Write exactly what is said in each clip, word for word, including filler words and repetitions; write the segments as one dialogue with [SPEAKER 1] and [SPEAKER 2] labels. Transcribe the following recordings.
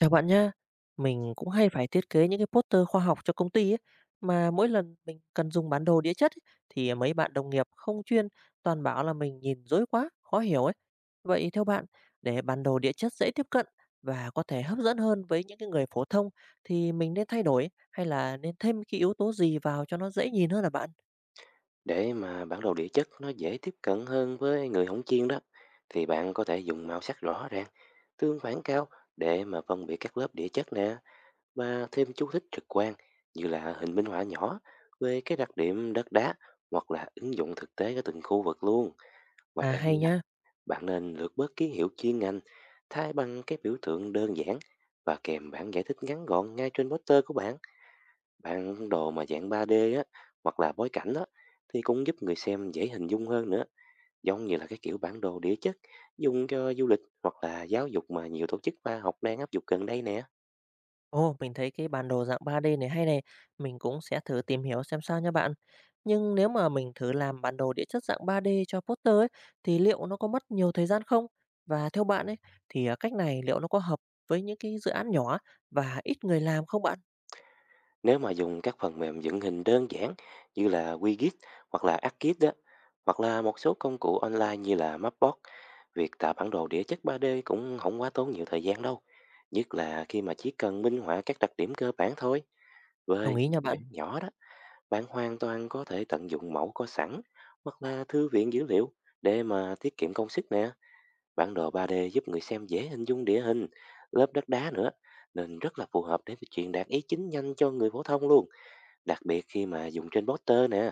[SPEAKER 1] Chào bạn nhá. Mình cũng hay phải thiết kế những cái poster khoa học cho công ty ấy, mà mỗi lần mình cần dùng bản đồ địa chất ấy, thì mấy bạn đồng nghiệp không chuyên toàn bảo là mình nhìn rối quá, khó hiểu ấy. Vậy theo bạn, để bản đồ địa chất dễ tiếp cận và có thể hấp dẫn hơn với những cái người phổ thông thì mình nên thay đổi hay là nên thêm cái yếu tố gì vào cho nó dễ nhìn hơn là bạn?
[SPEAKER 2] Để mà bản đồ địa chất nó dễ tiếp cận hơn với người hổng chuyên đó, thì bạn có thể dùng màu sắc rõ ràng, tương phản cao để mà phân biệt các lớp địa chất nè và thêm chú thích trực quan như là hình minh họa nhỏ về cái đặc điểm đất đá hoặc là ứng dụng thực tế ở từng khu vực luôn. Ngoài
[SPEAKER 1] À
[SPEAKER 2] ra
[SPEAKER 1] hay
[SPEAKER 2] nha,
[SPEAKER 1] nhá.
[SPEAKER 2] bạn nên lược bớt ký hiệu chuyên ngành thay bằng cái biểu tượng đơn giản và kèm bản giải thích ngắn gọn ngay trên poster của bạn. Bản đồ mà dạng ba đê á, hoặc là bối cảnh á, thì cũng giúp người xem dễ hình dung hơn nữa, giống như là cái kiểu bản đồ địa chất dùng cho du lịch hoặc là giáo dục mà nhiều tổ chức khoa học đang áp dụng gần đây nè.
[SPEAKER 1] Ồ, mình thấy cái bản đồ dạng ba đê này hay này, mình cũng sẽ thử tìm hiểu xem sao nha bạn. Nhưng nếu mà mình thử làm bản đồ địa chất dạng ba đê cho poster ấy, thì liệu nó có mất nhiều thời gian không? Và theo bạn ấy, thì à, cách này liệu nó có hợp với những cái dự án nhỏ và ít người làm không bạn?
[SPEAKER 2] Nếu mà dùng các phần mềm dựng hình đơn giản như là Wikit hoặc là ArcGIS đó, hoặc là một số công cụ online như là Mapbox, việc tạo bản đồ địa chất ba đê cũng không quá tốn nhiều thời gian đâu. Nhất là khi mà chỉ cần minh họa các đặc điểm cơ bản thôi
[SPEAKER 1] Đồng
[SPEAKER 2] với
[SPEAKER 1] ý
[SPEAKER 2] cái
[SPEAKER 1] nha
[SPEAKER 2] dự
[SPEAKER 1] bạn.
[SPEAKER 2] án nhỏ đó. Bạn hoàn toàn có thể tận dụng mẫu có sẵn hoặc là thư viện dữ liệu để mà tiết kiệm công sức nè. Bản đồ ba đê giúp người xem dễ hình dung địa hình, lớp đất đá nữa, nên rất là phù hợp để truyền đạt ý chính nhanh cho người phổ thông luôn. Đặc biệt khi mà dùng trên poster nè,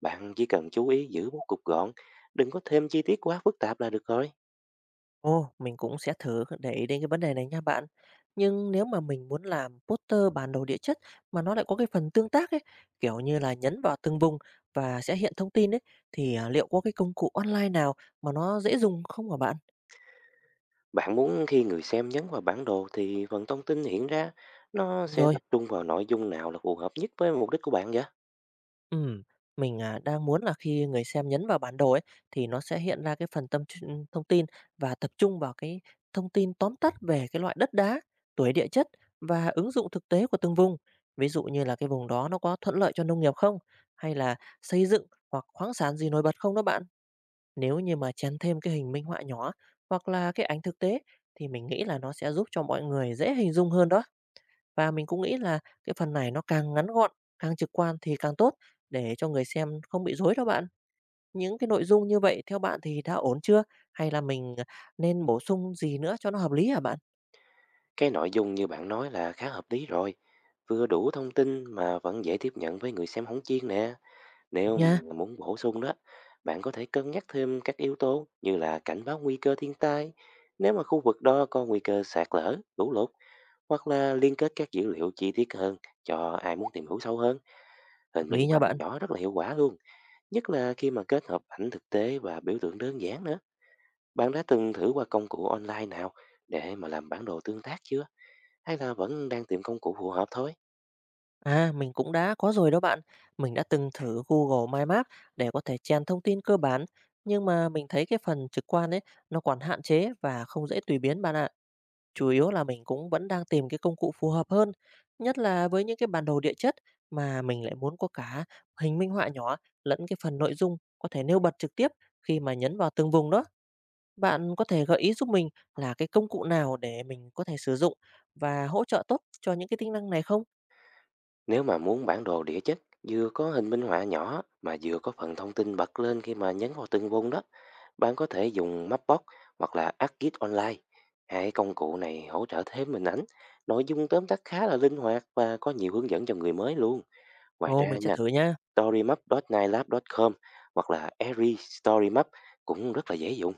[SPEAKER 2] bạn chỉ cần chú ý giữ bố cục gọn, đừng có thêm chi tiết quá phức tạp là được rồi.
[SPEAKER 1] Ồ, mình cũng sẽ thử để ý đến cái vấn đề này nha bạn. Nhưng nếu mà mình muốn làm poster bản đồ địa chất mà nó lại có cái phần tương tác ấy, kiểu như là nhấn vào từng vùng và sẽ hiện thông tin ấy, thì à, liệu có cái công cụ online nào mà nó dễ dùng không hả bạn?
[SPEAKER 2] Bạn muốn khi người xem nhấn vào bản đồ thì phần thông tin hiện ra nó
[SPEAKER 1] Đúng
[SPEAKER 2] sẽ
[SPEAKER 1] rồi.
[SPEAKER 2] tập trung vào nội dung nào là phù hợp nhất với mục đích của bạn vậy?
[SPEAKER 1] Ừm, mình, à, đang muốn là khi người xem nhấn vào bản đồ ấy, thì nó sẽ hiện ra cái phần tâm tr thông tin và tập trung vào cái thông tin tóm tắt về cái loại đất đá, tuổi địa chất và ứng dụng thực tế của từng vùng. Ví dụ như là cái vùng đó nó có thuận lợi cho nông nghiệp không? Hay là xây dựng hoặc khoáng sản gì nổi bật không đó bạn? Nếu như mà chèn thêm cái hình minh họa nhỏ hoặc là cái ảnh thực tế thì mình nghĩ là nó sẽ giúp cho mọi người dễ hình dung hơn đó. Và mình cũng nghĩ là cái phần này nó càng ngắn gọn, càng trực quan thì càng tốt để cho người xem không bị rối đó bạn. Những cái nội dung như vậy theo bạn thì đã ổn chưa? Hay là mình, à, nên bổ sung gì nữa cho nó hợp lý hả bạn?
[SPEAKER 2] Cái nội dung như bạn nói là khá hợp lý rồi, vừa đủ thông tin mà vẫn dễ tiếp nhận với người xem hóng chiên nè.
[SPEAKER 1] Đúng
[SPEAKER 2] Nếu
[SPEAKER 1] nha,
[SPEAKER 2] mà muốn bổ sung đó, bạn có thể cân nhắc thêm các yếu tố như là cảnh báo nguy cơ thiên tai, nếu mà khu vực đó có nguy cơ sạt lở, lũ lụt, hoặc là liên kết các dữ liệu chi tiết hơn cho ai muốn tìm hiểu sâu hơn.
[SPEAKER 1] hợp
[SPEAKER 2] Hình minh
[SPEAKER 1] lý nha
[SPEAKER 2] họa
[SPEAKER 1] bạn.
[SPEAKER 2] nhỏ rất là hiệu quả luôn, nhất là khi mà kết hợp ảnh thực tế và biểu tượng đơn giản nữa. Bạn đã từng thử qua công cụ online nào để mà làm bản đồ tương tác chưa, hay là vẫn đang tìm công cụ phù hợp thôi?
[SPEAKER 1] À, mình cũng đã có rồi đó bạn. Mình đã từng thử Google My Maps để có thể chèn thông tin cơ bản, nhưng mà mình thấy cái phần trực quan ấy, nó còn hạn chế và không dễ tùy biến bạn ạ. Chủ yếu là mình cũng vẫn đang tìm cái công cụ phù hợp hơn, nhất là với những cái bản đồ địa chất mà mình lại muốn có cả hình minh họa nhỏ lẫn cái phần nội dung có thể nêu bật trực tiếp khi mà nhấn vào từng vùng đó. Bạn có thể gợi ý giúp mình là cái công cụ nào để mình có thể sử dụng và hỗ trợ tốt cho những cái tính năng này không?
[SPEAKER 2] Nếu mà muốn bản đồ địa chất vừa có hình minh họa nhỏ mà vừa có phần thông tin bật lên khi mà nhấn vào từng vùng đó, bạn có thể dùng Mapbox hoặc là Arcgis Online. Hai công cụ này hỗ trợ thêm hình ảnh, nội dung tóm tắt khá là linh hoạt và có nhiều hướng dẫn cho người mới luôn. Ngoài
[SPEAKER 1] Ồ,
[SPEAKER 2] ra
[SPEAKER 1] mình sẽ
[SPEAKER 2] nha,
[SPEAKER 1] thử nha,
[SPEAKER 2] storymap chấm nilab chấm com hoặc là Every Storymap cũng rất là dễ dùng,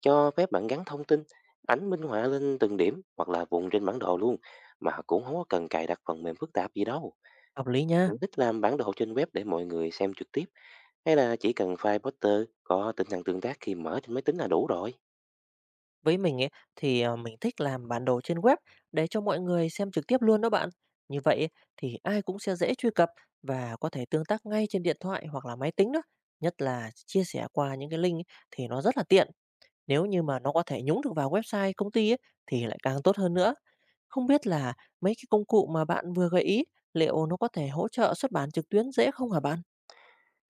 [SPEAKER 2] cho phép bạn gắn thông tin, ảnh minh họa lên từng điểm hoặc là vùng trên bản đồ luôn, mà cũng không có cần cài đặt phần mềm phức tạp gì đâu.
[SPEAKER 1] hợp lý nha.
[SPEAKER 2] Bạn thích làm bản đồ trên web để mọi người xem trực tiếp, hay là chỉ cần file poster có tính năng tương tác khi mở trên máy tính là đủ rồi?
[SPEAKER 1] Với mình ấy thì, ờ, mình thích làm bản đồ trên web để cho mọi người xem trực tiếp luôn đó bạn. Như vậy ấy, thì ai cũng sẽ dễ truy cập và có thể tương tác ngay trên điện thoại hoặc là máy tính đó, nhất là chia sẻ qua những cái link ấy thì nó rất là tiện. Nếu như mà nó có thể nhúng được vào website công ty ấy thì lại càng tốt hơn nữa. Không biết là mấy cái công cụ mà bạn vừa gợi ý, liệu nó có thể hỗ trợ xuất bản trực tuyến dễ không hả bạn?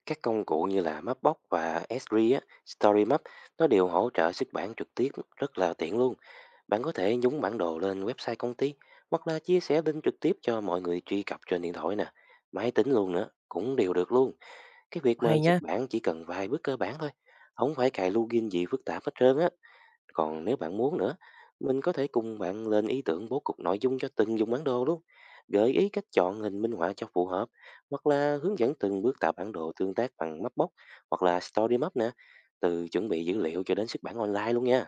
[SPEAKER 2] Các công cụ như là Mapbox và Esri á, Storymap, nó đều hỗ trợ xuất bản trực tiếp rất là tiện luôn. Bạn có thể nhúng bản đồ lên website công ty hoặc là chia sẻ link trực tiếp cho mọi người truy cập trên điện thoại nè, máy tính luôn nữa, cũng đều được luôn. Cái việc mà
[SPEAKER 1] Hay
[SPEAKER 2] xuất
[SPEAKER 1] nha,
[SPEAKER 2] bản chỉ cần vài bước cơ bản thôi, không phải cài login gì phức tạp hết trơn á. Còn nếu bạn muốn nữa, mình có thể cùng bạn lên ý tưởng bố cục nội dung cho từng dùng bản đồ luôn. Gợi ý cách chọn hình minh họa cho phù hợp, hoặc là hướng dẫn từng bước tạo bản đồ tương tác bằng Mapbox hoặc là Story Map nè, từ chuẩn bị dữ liệu cho đến xuất bản online luôn nha.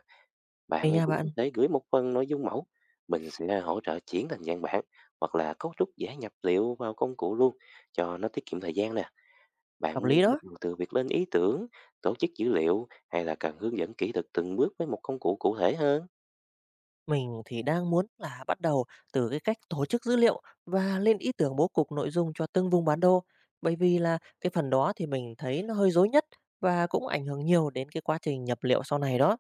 [SPEAKER 1] hay
[SPEAKER 2] Bạn
[SPEAKER 1] nha
[SPEAKER 2] cũng có
[SPEAKER 1] bạn,
[SPEAKER 2] thể gửi một phần nội dung mẫu, mình sẽ hỗ trợ chuyển thành dạng bản hoặc là cấu trúc dễ nhập liệu vào công cụ luôn cho nó tiết kiệm thời gian nè.
[SPEAKER 1] hợp
[SPEAKER 2] Bạn
[SPEAKER 1] lý
[SPEAKER 2] muốn bắt
[SPEAKER 1] đó.
[SPEAKER 2] đầu từ việc lên ý tưởng, tổ chức dữ liệu, hay là cần hướng dẫn kỹ thuật từng bước với một công cụ cụ thể hơn?
[SPEAKER 1] Mình thì đang muốn là bắt đầu từ cái cách tổ chức dữ liệu và lên ý tưởng bố cục nội dung cho từng vùng bản đồ. Bởi vì là cái phần đó thì mình thấy nó hơi rối nhất và cũng ảnh hưởng nhiều đến cái quá trình nhập liệu sau này đó.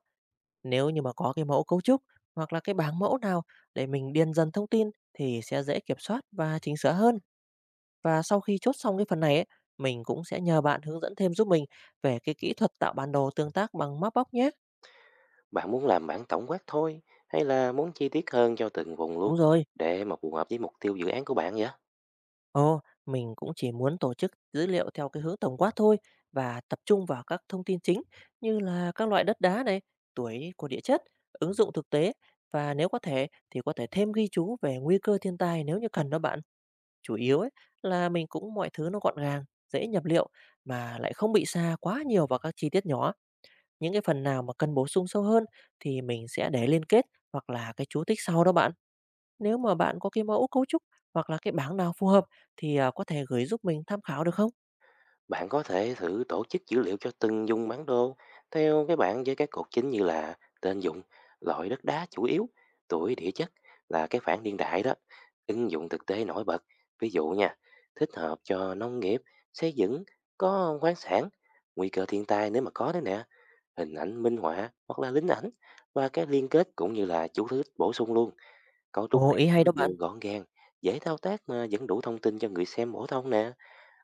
[SPEAKER 1] Nếu như mà có cái mẫu cấu trúc hoặc là cái bảng mẫu nào để mình điền dần thông tin thì sẽ dễ kiểm soát và chỉnh sửa hơn. Và sau khi chốt xong cái phần này ấy, mình cũng sẽ nhờ bạn hướng dẫn thêm giúp mình về cái kỹ thuật tạo bản đồ tương tác bằng Mapbox nhé.
[SPEAKER 2] Bạn muốn làm bản tổng quát thôi, hay là muốn chi tiết hơn cho từng vùng luôn
[SPEAKER 1] Đúng rồi.
[SPEAKER 2] để mà phù hợp với mục tiêu dự án của bạn vậy?
[SPEAKER 1] Ồ, mình cũng chỉ muốn tổ chức dữ liệu theo cái hướng tổng quát thôi và tập trung vào các thông tin chính như là các loại đất đá này, tuổi của địa chất, ứng dụng thực tế và nếu có thể thì có thể thêm ghi chú về nguy cơ thiên tai nếu như cần đó bạn. Chủ yếu ấy là mình cũng mọi thứ nó gọn gàng, dễ nhập liệu mà lại không bị sa quá nhiều vào các chi tiết nhỏ. Những cái phần nào mà cần bổ sung sâu hơn thì mình sẽ để liên kết hoặc là cái chú thích sau đó bạn. Nếu mà bạn có cái mẫu cấu trúc hoặc là cái bảng nào phù hợp thì à, có thể gửi giúp mình tham khảo được không?
[SPEAKER 2] Bạn có thể thử tổ chức dữ liệu cho từng vùng bản đồ theo cái bảng với các cột chính như là tên dụng, loại đất đá chủ yếu, tuổi địa chất là cái phản niên đại đó, ứng dụng thực tế nổi bật. Ví dụ nha, thích hợp cho nông nghiệp, xây dựng, có khoáng sản, nguy cơ thiên tai nếu mà có đấy nè, hình ảnh minh họa hoặc là lính ảnh, và cái liên kết cũng như là chủ thứ bổ sung luôn. Cấu trúc
[SPEAKER 1] Ồ,
[SPEAKER 2] này
[SPEAKER 1] ý hay
[SPEAKER 2] nó
[SPEAKER 1] đó
[SPEAKER 2] vừa
[SPEAKER 1] bạn.
[SPEAKER 2] gọn gàng, dễ thao tác mà vẫn đủ thông tin cho người xem bổ thông nè.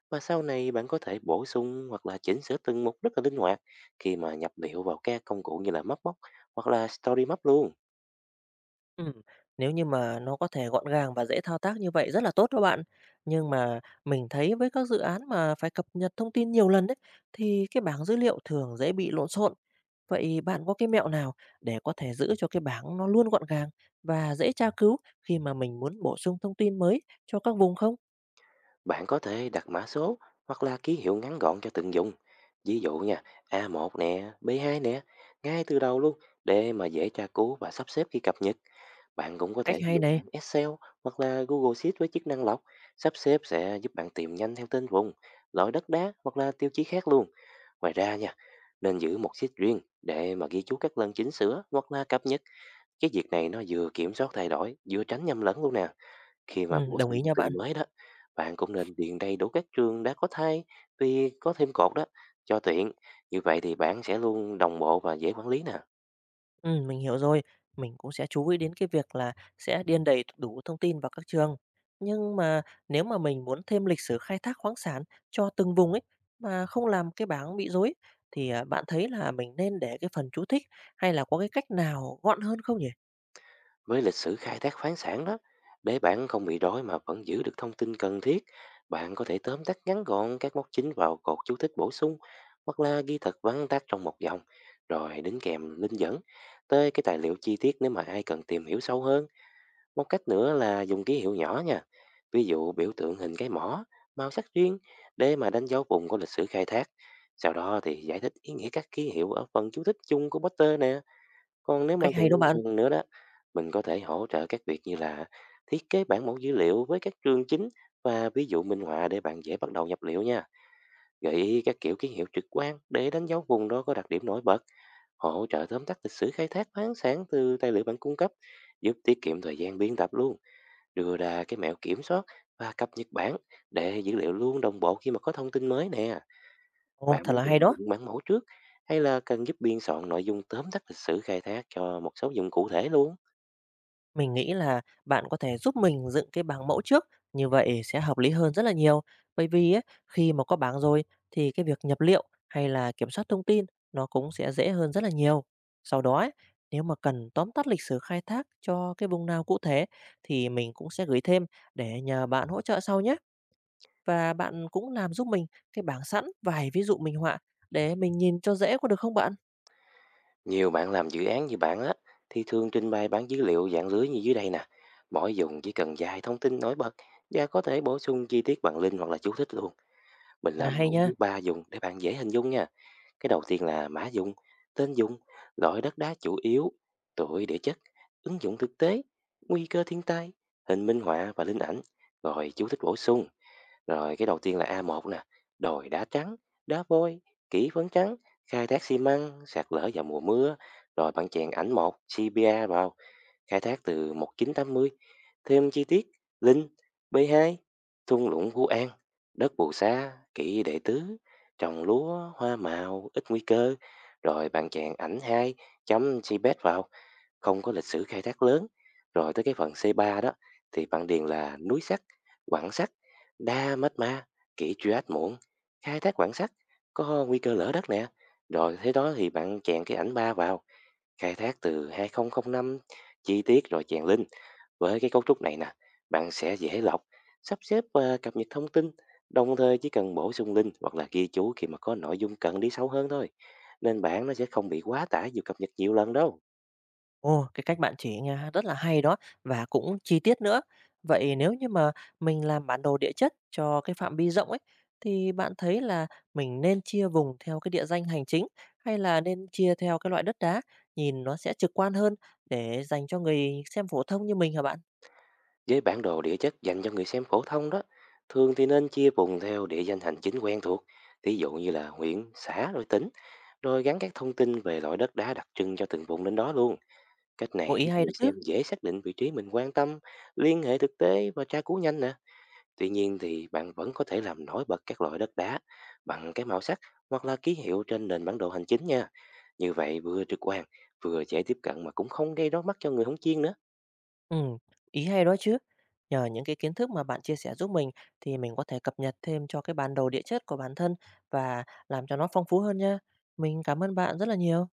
[SPEAKER 2] Và sau này bạn có thể bổ sung hoặc là chỉnh sửa từng mục rất là linh hoạt khi mà nhập liệu vào các công cụ như là Mapbox hoặc là Story Map luôn.
[SPEAKER 1] Ừm, Nếu như mà nó có thể gọn gàng và dễ thao tác như vậy rất là tốt đó bạn. Nhưng mà mình thấy với các dự án mà phải cập nhật thông tin nhiều lần đấy thì cái bảng dữ liệu thường dễ bị lộn xộn. Vậy bạn có cái mẹo nào để có thể giữ cho cái bảng nó luôn gọn gàng và dễ tra cứu khi mà mình muốn bổ sung thông tin mới cho các vùng không?
[SPEAKER 2] Bạn có thể đặt mã số hoặc là ký hiệu ngắn gọn cho từng dùng. Ví dụ nha, a một nè, b hai nè, ngay từ đầu luôn để mà dễ tra cứu và sắp xếp khi cập nhật. Bạn cũng có
[SPEAKER 1] Cách
[SPEAKER 2] thể
[SPEAKER 1] hay
[SPEAKER 2] dùng
[SPEAKER 1] này.
[SPEAKER 2] bảng Excel hoặc là Google Sheet với chức năng lọc. Sắp xếp sẽ giúp bạn tìm nhanh theo tên vùng, loại đất đá hoặc là tiêu chí khác luôn. Ngoài ra nha, nên giữ một sheet riêng để mà ghi chú các lần chỉnh sửa hoặc là cập nhật. Cái việc này nó vừa kiểm soát thay đổi, vừa tránh nhầm lẫn luôn nè. Khi
[SPEAKER 1] Ừ,
[SPEAKER 2] mà bổ
[SPEAKER 1] đồng
[SPEAKER 2] sung
[SPEAKER 1] ý
[SPEAKER 2] thông
[SPEAKER 1] nha bạn.
[SPEAKER 2] tin mới đó, bạn cũng nên điền đầy đủ các trường đã có thay vì có thêm cột đó cho tiện. Như vậy thì bạn sẽ luôn đồng bộ và dễ quản lý nè.
[SPEAKER 1] Ừm, mình hiểu rồi. Mình cũng sẽ chú ý đến cái việc là sẽ điền đầy đủ thông tin vào các trường. Nhưng mà nếu mà mình muốn thêm lịch sử khai thác khoáng sản cho từng vùng ấy, mà không làm cái bảng bị rối, thì, à, bạn thấy là mình nên để cái phần chú thích hay là có cái cách nào gọn hơn không nhỉ?
[SPEAKER 2] Với lịch sử khai thác khoáng sản đó, để bạn không bị đói mà vẫn giữ được thông tin cần thiết, bạn có thể tóm tắt ngắn gọn các mốc chính vào cột chú thích bổ sung, hoặc là ghi thật vắn tắt trong một dòng, rồi đính kèm linh dẫn tới cái tài liệu chi tiết nếu mà ai cần tìm hiểu sâu hơn. Một cách nữa là dùng ký hiệu nhỏ nha, ví dụ biểu tượng hình cái mỏ, màu sắc riêng để mà đánh dấu vùng của lịch sử khai thác. Sau đó thì giải thích ý nghĩa các ký hiệu ở phần chú thích chung của Potter nè. Còn nếu mà
[SPEAKER 1] Cách
[SPEAKER 2] bạn
[SPEAKER 1] hay đó bạn.
[SPEAKER 2] cần nữa đó, mình có thể hỗ trợ các việc như là thiết kế bản mẫu dữ liệu với các trường chính và ví dụ minh họa để bạn dễ bắt đầu nhập liệu nha. Gợi ý các kiểu ký hiệu trực quan để đánh dấu vùng đó có đặc điểm nổi bật. Hỗ trợ tóm tắt lịch sử khai thác khoáng sản từ tài liệu bạn cung cấp, giúp tiết kiệm thời gian biên tập luôn. Đưa ra cái mẹo kiểm soát và cập nhật bản để dữ liệu luôn đồng bộ khi mà có thông tin mới nè.
[SPEAKER 1] Ồ,
[SPEAKER 2] Bạn
[SPEAKER 1] thật
[SPEAKER 2] muốn
[SPEAKER 1] là hay
[SPEAKER 2] mình
[SPEAKER 1] đó!
[SPEAKER 2] dựng bản mẫu trước, hay là cần giúp biên soạn nội dung tóm tắt lịch sử khai thác cho một số dùng cụ thể luôn?
[SPEAKER 1] Mình nghĩ là bạn có thể giúp mình dựng cái bảng mẫu trước, như vậy sẽ hợp lý hơn rất là nhiều. Bởi vì ấy, khi mà có bảng rồi thì cái việc nhập liệu hay là kiểm soát thông tin nó cũng sẽ dễ hơn rất là nhiều. Sau đó ấy, nếu mà cần tóm tắt lịch sử khai thác cho cái vùng nào cụ thể thì mình cũng sẽ gửi thêm để nhờ bạn hỗ trợ sau nhé. Và bạn cũng làm giúp mình cái bảng sẵn vài ví dụ minh họa để mình nhìn cho dễ có được không bạn?
[SPEAKER 2] Nhiều bạn làm dự án như bạn á thì thường trình bày bản dữ liệu dạng lưới như dưới đây nè. Mỗi dùng chỉ cần vài thông tin nổi bật và có thể bổ sung chi tiết bằng link hoặc là chú thích luôn. Mình
[SPEAKER 1] À,
[SPEAKER 2] làm
[SPEAKER 1] hay
[SPEAKER 2] mẫu
[SPEAKER 1] nha.
[SPEAKER 2] dưới ba dùng để bạn dễ hình dung nha. Cái đầu tiên là mã dùng, tên dùng, loại đất đá chủ yếu, tuổi địa chất, ứng dụng thực tế, nguy cơ thiên tai, hình minh họa và linh ảnh, rồi chú thích bổ sung. Rồi cái đầu tiên là a một nè, đồi đá trắng, đá vôi, kỹ phấn trắng, khai thác xi măng, sạt lở vào mùa mưa, rồi bạn chèn ảnh một, xê pê a vào, khai thác từ một chín tám không. Thêm chi tiết, Linh, b hai, thung lũng Phú An, đất Bù Sa, kỹ đệ tứ, trồng lúa, hoa màu, ít nguy cơ, rồi bạn chèn ảnh hai chấm xê pê e tê vào, không có lịch sử khai thác lớn. Rồi tới cái phần xê ba đó thì bạn điền là núi sắt, quặng sắt, đa mát ma, kỷ truy muộn, khai thác quặng sắt, có nguy cơ lỡ đất nè. Rồi thế đó thì bạn chèn cái ảnh ba vào, khai thác từ hai không không năm. Chi tiết rồi chèn link. Với cái cấu trúc này nè, bạn sẽ dễ lọc, sắp xếp và cập nhật thông tin, đồng thời chỉ cần bổ sung link hoặc là ghi chú khi mà có nội dung cần đi sâu hơn thôi. Nên bạn nó sẽ không bị quá tải dù cập nhật nhiều lần đâu.
[SPEAKER 1] Ồ, cái cách bạn chỉ nghe rất là hay đó và cũng chi tiết nữa. Vậy nếu như mà mình làm bản đồ địa chất cho cái phạm vi rộng ấy, thì bạn thấy là mình nên chia vùng theo cái địa danh hành chính hay là nên chia theo cái loại đất đá, nhìn nó sẽ trực quan hơn để dành cho người xem phổ thông như mình hả bạn?
[SPEAKER 2] Với bản đồ địa chất dành cho người xem phổ thông đó, thường thì nên chia vùng theo địa danh hành chính quen thuộc, ví dụ như là huyện, xã rồi tỉnh, rồi gắn các thông tin về loại đất đá đặc trưng cho từng vùng lên đó luôn. Cách
[SPEAKER 1] Ồ,
[SPEAKER 2] này
[SPEAKER 1] ý
[SPEAKER 2] giúp
[SPEAKER 1] hay đó
[SPEAKER 2] người
[SPEAKER 1] chứ.
[SPEAKER 2] xem dễ xác định vị trí mình quan tâm, liên hệ thực tế và tra cứu nhanh nè. Tuy nhiên thì bạn vẫn có thể làm nổi bật các loại đất đá bằng cái màu sắc hoặc là ký hiệu trên nền bản đồ hành chính nha. Như vậy vừa trực quan, vừa dễ tiếp cận mà cũng không gây đau mắt cho người không chuyên nữa.
[SPEAKER 1] Ừ, ý hay đó chứ. Nhờ những cái kiến thức mà bạn chia sẻ giúp mình thì mình có thể cập nhật thêm cho cái bản đồ địa chất của bản thân và làm cho nó phong phú hơn nha. Mình cảm ơn bạn rất là nhiều.